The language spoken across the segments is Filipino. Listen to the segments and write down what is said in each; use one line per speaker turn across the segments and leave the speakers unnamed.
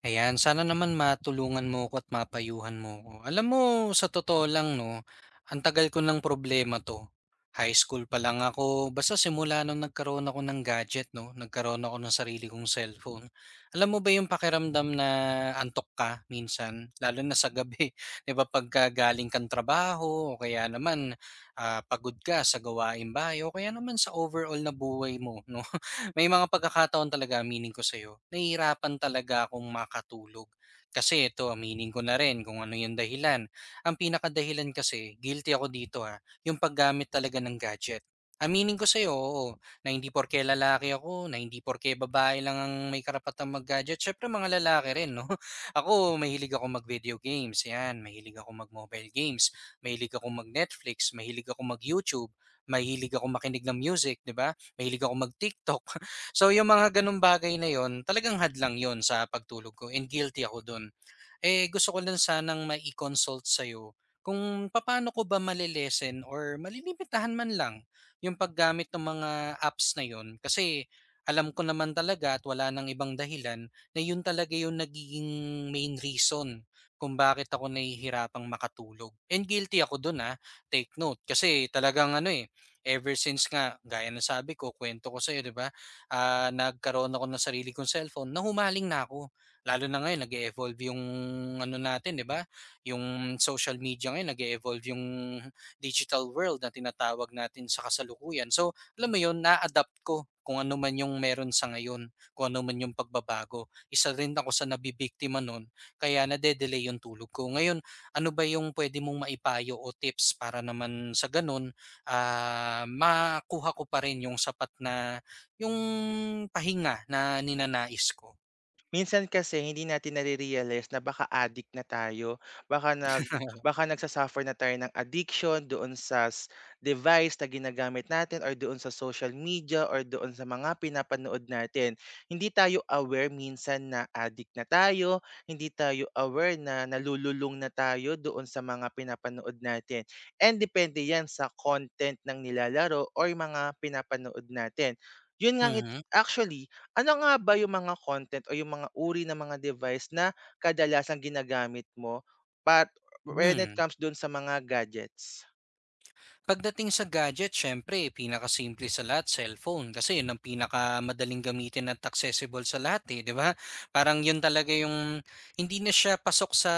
Ayan, sana naman matulungan mo ko at mapayuhan mo ko. Alam mo, sa totoo lang, no, ang tagal ko ng problema to. High school pa lang ako, basta simula nung nagkaroon ako ng gadget, no, nagkaroon ako ng sarili kong cellphone. Alam mo ba yung pakiramdam na antok ka minsan, lalo na sa gabi, 'di ba pagka galing kang trabaho, o kaya naman pagod ka sa gawaing bahay, o kaya naman sa overall na buhay mo, no? May mga pagkakataon talaga aminin ko sa'yo, nahihirapan talaga akong makatulog. Kasi ito aminin ko na rin kung ano yung dahilan. Ang pinakadahilan kasi, guilty ako dito ha, yung paggamit talaga ng gadget. Aminin ko sa'yo, oo, na hindi porke lalaki ako, na hindi porke babae lang ang may karapatang mag-gadget. Siyempre mga lalaki rin, no? Ako, mahilig ako mag-video games, yan. Mahilig ako mag-mobile games, mahilig ako mag-Netflix, mahilig ako mag-YouTube, mahilig ako makinig ng music, di ba? Mahilig ako mag-TikTok. So yung mga ganung bagay na yon talagang hadlang yon sa pagtulog ko and guilty ako dun. Eh, gusto ko lang sanang mai-consult sa'yo kung papaano ko ba malelesen or malilimitahan man lang yung paggamit ng mga apps na yun. Kasi alam ko naman talaga at wala nang ibang dahilan na yun talaga yung nagiging main reason kung bakit ako nahihirapang makatulog. And guilty ako dun ah, take note. Kasi talagang ano eh, ever since nga, gaya na sabi ko, kwento ko sa'yo, di ba? Nagkaroon ako ng sarili kong cellphone, nahumaling na ako. Lalo na ngayon nag evolve yung ano natin, 'di ba? Yung social media ngayon nag evolve yung digital world na tinatawag natin sa kasalukuyan. So, alam mo 'yun, na-adapt ko kung ano man yung meron sa ngayon, kung ano man yung pagbabago. Isa rin ako sa nabibiktima nun, kaya nade-delay yung tulog ko. Ngayon, ano ba yung pwede mong maipayo o tips para naman sa ganun, makuha ko pa rin yung sapat na yung pahinga na ninanais ko?
Minsan kasi hindi natin nare-realize na baka addict na tayo, baka nagsa na tayo ng addiction doon sa device na ginagamit natin, or doon sa social media, or doon sa mga pinapanood natin. Hindi tayo aware minsan na addict na tayo. Hindi tayo aware na nalululong na tayo doon sa mga pinapanood natin, and depende 'yan sa content ng nilalaro or mga pinapanood natin. 'Yun ngang it
Mhm.
actually ano nga ba yung mga content o yung mga uri ng mga device na kadalasang ginagamit mo pat when it
Hmm,
comes dun sa mga gadgets?
pagdating sa gadget syempre pinakasimple sa lahat cellphone kasi yun ang pinakamadaling gamitin at accessible sa lahat eh, 'di ba? Parang yun talaga yung hindi na siya pasok sa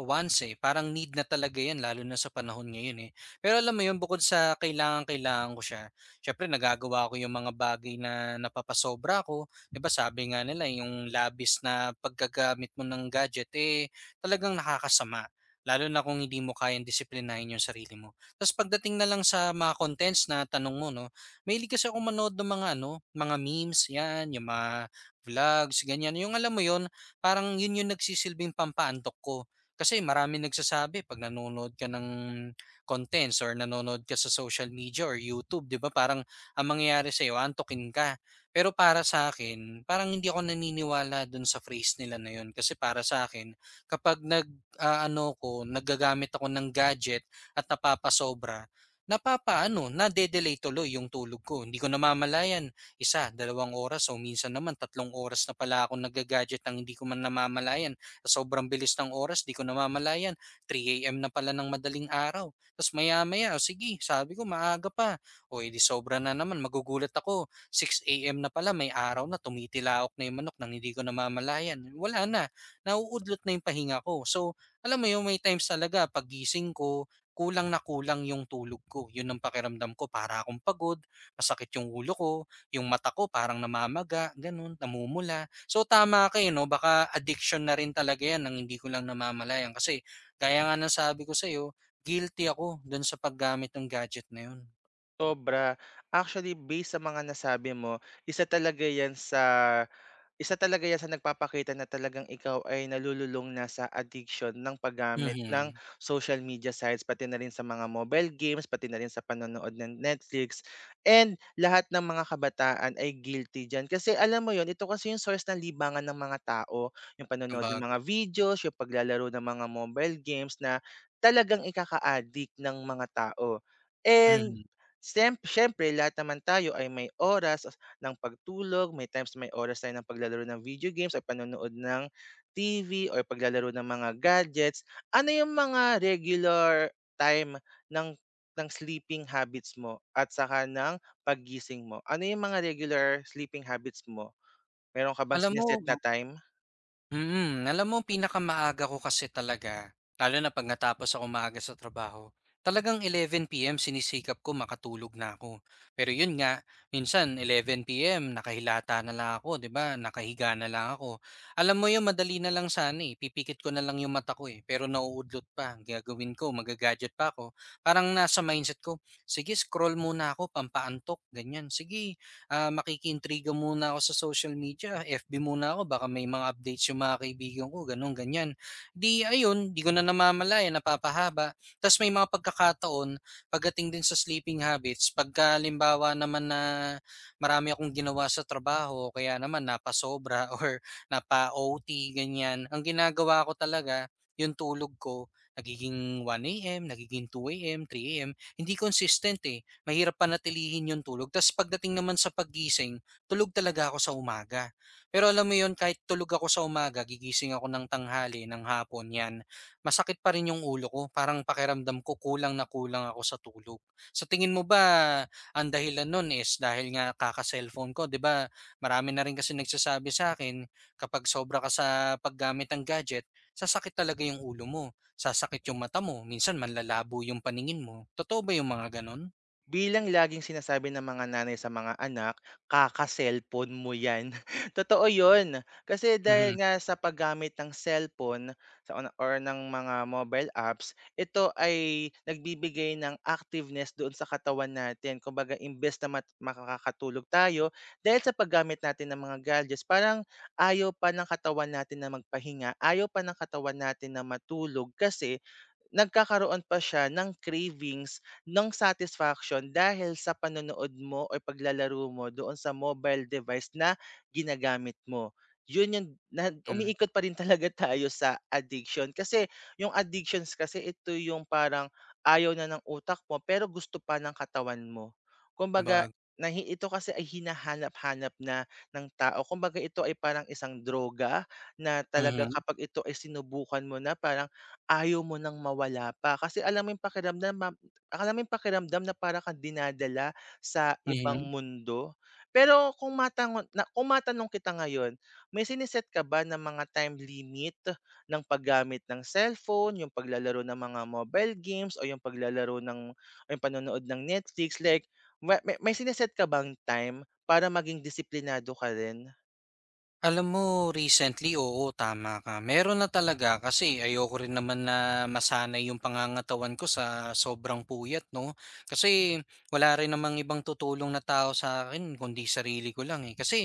wants eh, parang need na talaga yan lalo na sa panahon ngayon eh. Pero alam mo yun bukod sa kailangan-kailangan ko siya, syempre nagagawa ko yung mga bagay na napapasobra ko, 'di ba? Sabi nga nila yung labis na paggagamit mo ng gadget eh talagang nakakasama lalo na kung hindi mo kayang disiplinahin yung sarili mo. Tas pagdating na lang sa mga contents na tanong mo 'no, mahilig kasi akong manood ng mga ano, mga memes 'yan, yung mga vlogs ganyan. Yung alam mo yun, parang yun yung nagsisilbing pampaantok ko. Kasi maraming nagsasabi 'pag nanonood ka ng contents or nanonood ka sa social media or YouTube 'di ba parang ang mangyayari sa'yo antokin ka. Pero para sa akin, parang hindi ako naniniwala dun sa phrase nila na yun. Kasi para sa akin kapag nag ano ko, naggagamit ako ng gadget at napapasobra, napapaano, nade-delay tuloy yung tulog ko. Hindi ko namamalayan, isa, dalawang oras o minsan naman tatlong oras na pala ako nag-gadget nang hindi ko man namamalayan. Sa sobrang bilis ng oras, di ko namamalayan. 3 a.m. na pala ng madaling araw. Tapos maya-maya, o sige, sabi ko maaga pa. O edi sobra na naman, magugulat ako. 6 a.m. na pala, may araw na, tumitilaok na yung manok nang hindi ko namamalayan. Wala na, nauudlot na yung pahinga ko. So, alam mo yung may times talaga, pagising ko, kulang na kulang yung tulog ko, yun ang pakiramdam ko para akong pagod, masakit yung ulo ko, yung mata ko parang namamaga, gano'n, namumula. So tama kayo eh, 'no, baka addiction na rin talaga 'yan ng hindi ko lang namamalayan kasi gaya nga ng sabi ko sa'yo, guilty ako dun sa paggamit ng gadget na 'yun.
Sobra. Actually, based sa mga nasabi mo, isa talaga 'yan sa nagpapakita na talagang ikaw ay nalululong na sa addiction ng paggamit ng
Mhm,
social media sites, pati na rin sa mga mobile games, pati na rin sa panonood ng Netflix. And lahat ng mga kabataan ay guilty diyan. Kasi, alam mo yon, ito kasi yung source ng libangan ng mga tao, yung panonood ng
sabagay,
mga videos, yung paglalaro ng mga mobile games na talagang ikaka-addict ng mga tao. And
mhm.
siyempre lahat naman tayo ay may oras ng pagtulog, may times na may oras tayo ng paglalaro ng video games o panonood ng TV or paglalaro ng mga gadgets. Ano yung mga regular time ng ng sleeping habits mo at saka ng paggising mo? Ano yung mga regular sleeping habits mo? Meron ka bang
Alam mo
sine-set na time?
Alam mo pinakamaaga ko kasi talaga, lalo na 'pag natapos akong maaga sa trabaho, talagang 11:00 PM sinisikap ko makatulog na ako. Pero 'yun nga, minsan 11:00 PM nakahilata na lang ako, 'di ba, nakahiga na lang ako. Alam mo 'yun madali na lang sana, eh, pipikit ko na lang 'yung mata ko, eh, pero nauudlot pa. Ang gagawin ko, magagadget pa ako, parang nasa mindset ko, "Sige scroll muna ako pampaantok," ganiyan. "Sige, makikiintriga muna ako sa social media, FB muna ako, baka may mga updates yung mga kaibigan ko, ganun, ganyan." Di, ayun, di ko na namamalayan, napapahaba. Tapos may mga pagkakataon, pagdating din sa sleeping habits, pagka limbawa naman na marami akong ginawa sa trabaho, kaya naman napasobra or napa-OT, ganyan. Ang ginagawa ko talaga, yung tulog ko, nagiging 1 a.m., nagiging 2 a.m., 3 a.m., hindi consistent eh mahirap panatilihin yung tulog. Tas pagdating naman sa paggising, tulog talaga ako sa umaga. Pero alam mo yun, kahit tulog ako sa umaga, gigising ako ng tanghali, ng hapon, yan. Masakit pa rin yung ulo ko. Parang pakiramdam ko, kulang na kulang ako sa tulog. Sa tingin mo ba, ang dahilan nun is dahil nga kaka-cellphone ko, di ba? Marami na rin kasi nagsasabi sa akin, kapag sobra ka sa paggamit ng gadget, sasakit talaga yung ulo mo, sasakit yung mata mo, minsan manlalabo yung paningin mo. Totoo ba yung mga ganon?
Bilang laging sinasabi ng mga nanay sa mga anak, "Kaka-cellphone mo 'yan." Totoo 'yun, kasi dahil
Mhm.
nga sa paggamit ng cellphone sa ona or ng mga mobile apps, ito ay nagbibigay ng activeness doon sa katawan natin. Kumbaga, imbes na makakatulog tayo dahil sa paggamit natin ng mga gadgets, parang ayaw pa ng katawan natin na magpahinga, ayaw pa ng katawan natin na matulog, kasi nagkakaroon pa siya ng cravings ng satisfaction dahil sa panonood mo o paglalaro mo doon sa mobile device na ginagamit mo. Yun yung na,
hmm,
umiikot pa rin talaga tayo sa addiction, kasi yung addictions kasi ito yung parang ayaw na ng utak mo, pero gusto pa ng katawan mo. Kumbaga,
sabag
ito kasi ay hinahanap-hanap na ng tao. Kumbaga, ito ay parang isang droga na talagang
Mhm,
kapag ito ay sinubukan mo na, parang ayaw mo ng mawala pa, kasi alam mo yung pakiramdam na para kang dinadala sa ibang
mhm.
mundo. Pero kung matangon na kung matanong kita ngayon, may sine-set ka ba na mga time limit ng paggamit ng cellphone, yung paglalaro ng mga mobile games, o yung panonood ng Netflix, like, ma may may sine-set ka bang time para maging disiplinado ka rin?
Alam mo recently, oo, tama ka. Meron na talaga kasi ayoko rin naman na masanay yung pangangatawan ko sa sobrang puyat, no? Kasi wala rin namang ibang tutulong na tao sa akin kundi sarili ko lang eh. Kasi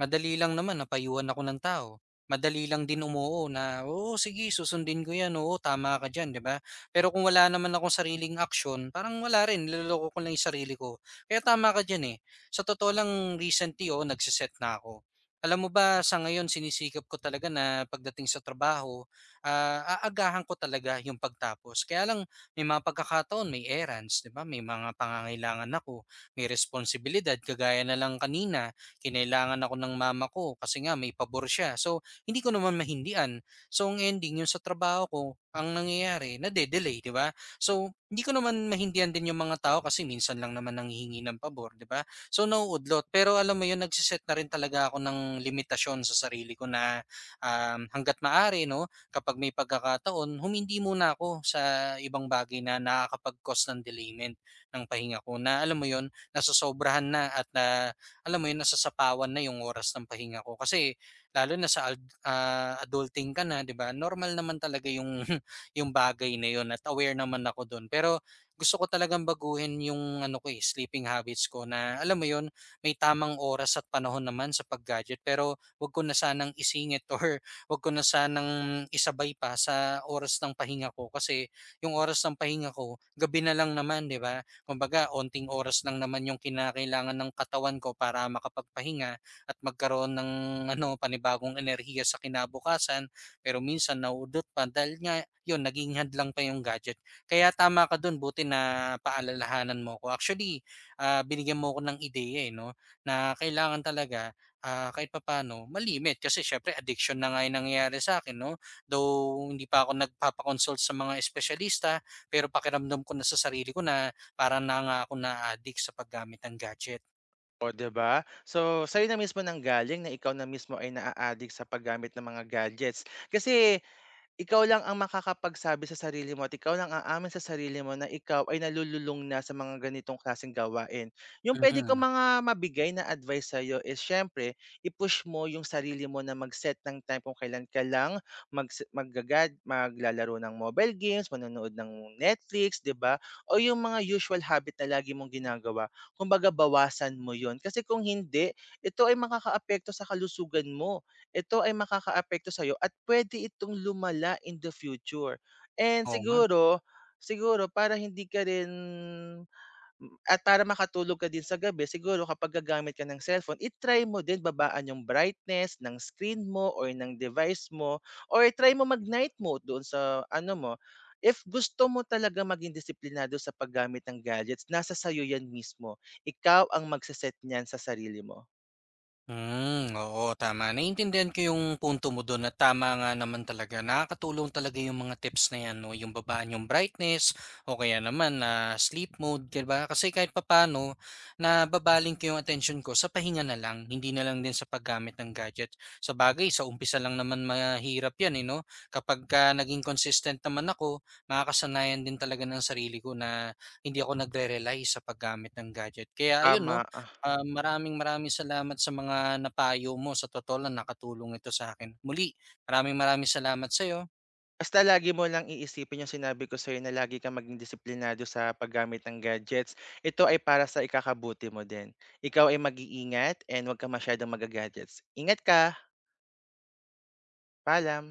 madali lang naman napayuhan ako ng tao. Madali lang din umuo na, oo, sige, susundin ko yan, oo, tama ka dyan, di ba? Pero kung wala naman akong sariling action, parang wala rin, niloloko ko lang yung sarili ko. Kaya tama ka dyan eh. Sa totoo lang, recently, oo, nagsiset na ako alam mo ba sa ngayon sinisikap ko talaga na pagdating sa trabaho, aagahan ko talaga yung pagtapos. Kaya lang may mga pagkakataon, may errands, 'di ba? May mga pangangailangan ako, may responsibilidad kagaya na lang kanina, kinailangan ako ng mama ko kasi nga may pabor siya. So, hindi ko naman mahindian. So, ang ending yung sa trabaho ko, ang nangyayari, nade-delay, 'di ba? So, hindi ko naman mahindian din yung mga tao kasi minsan lang naman nanghihingi ng pabor, 'di ba? So, nauudlot. Pero alam mo yun, nagse-set na rin talaga ako ng limitasyon sa sarili ko na hangga't maaari, no, kapag may pagkakataon, humindi muna ako sa ibang bagay na nakakapag-cause ng delayment ng pahinga ko. Na alam mo yun, nasasobrahan na at na, alam mo yun, nasasapawan na yung oras ng pahinga ko. Kasi lalo na sa adulting ka na, 'di ba? Normal naman talaga yung yung bagay na yon at aware naman ako doon. Pero gusto ko talagang baguhin yung ano ko, eh, sleeping habits ko na alam mo yon may tamang oras at panahon naman sa pag-gadget pero 'wag ko na sanang isingit or 'wag ko na sanang isabay pa sa oras ng pahinga ko kasi yung oras ng pahinga ko, gabi na lang naman, 'di ba? Kumbaga, onting oras lang naman yung kinakailangan ng katawan ko para makapagpahinga at magkaroon ng ano, panibagong enerhiya sa kinabukasan pero minsan nauudot pa dahil nga yun naging hadlang pa yung gadget kaya tama ka dun, buti na paalalahanan mo ko. Actually, binigyan mo ko ng ideya, eh, 'no, na kailangan talaga, kahit papaano malimit kasi syempre addiction na nga yung nangyayari sa akin, 'no? Though hindi pa ako nagpapa sa mga espesyalista, pero pakiramdam ko na sa sarili ko na parang na nga ako na-a-addict sa paggamit ng gadget.
O, 'di ba? So, sa'yo na mismo nanggaling na ikaw na mismo ay naa-addict sa paggamit ng mga gadgets. Kasi ikaw lang ang makakapagsabi sa sarili mo, at ikaw lang aamin sa sarili mo na ikaw ay nalululong na sa mga ganitong klaseng gawain. Yung pwede kong
Mhm,
mga mabigay na advice sa'yo is, syempre, i-push mo yung sarili mo na mag-set ng time kung kailan ka lang maglalaro ng mobile games, manonood ng Netflix, 'di ba? O yung mga usual habit na lagi mong ginagawa. Kumbaga, bawasan mo 'yon kasi kung hindi, ito ay makakaapekto sa kalusugan mo. Ito ay makakaapekto sa'yo, at pwede itong lumala in the future. And
oo nga.
siguro, para hindi ka rin, at para makatulog ka din sa gabi, siguro kapag gagamit ka ng cellphone, mo din babaan yung brightness ng screen mo or ng device mo, or try mo mag-night mode doon sa ano mo. If gusto mo talaga maging disiplinado sa paggamit ng gadgets, nasa sa'yo yan mismo. Ikaw ang magse-set niyan sa sarili mo.
Oo, tama. Naiintindihan ko yung punto mo do'n at tama nga naman talaga. Nakakatulong talaga yung mga tips na yan 'no, yung babaan yung brightness o kaya naman na sleep mode, 'di ba? Kasi kahit papaano nababaling ko yung attention ko sa pahinga na lang, hindi na lang din sa paggamit ng gadget. Sa bagay sa umpisa lang naman mahirap yan, eh, 'no? Kapagka naging consistent naman ako, makakasanayan din talaga ng sarili ko na hindi ako nagre-rely sa paggamit ng gadget. Kaya ayun
Tama.
'no, maraming maraming salamat sa mga napayo mo. Sa totoo lang nakatulong ito sa akin. Muli, maraming maraming salamat sa'yo.
Basta lagi mo lang iisipin yung sinabi ko sa'yo na lagi kang maging disiplinado sa paggamit ng gadgets. Ito ay para sa ikakabuti mo din. Ikaw ay mag-iingat, and 'wag kang masyadong maga-gadgets. Ingat ka, paalam.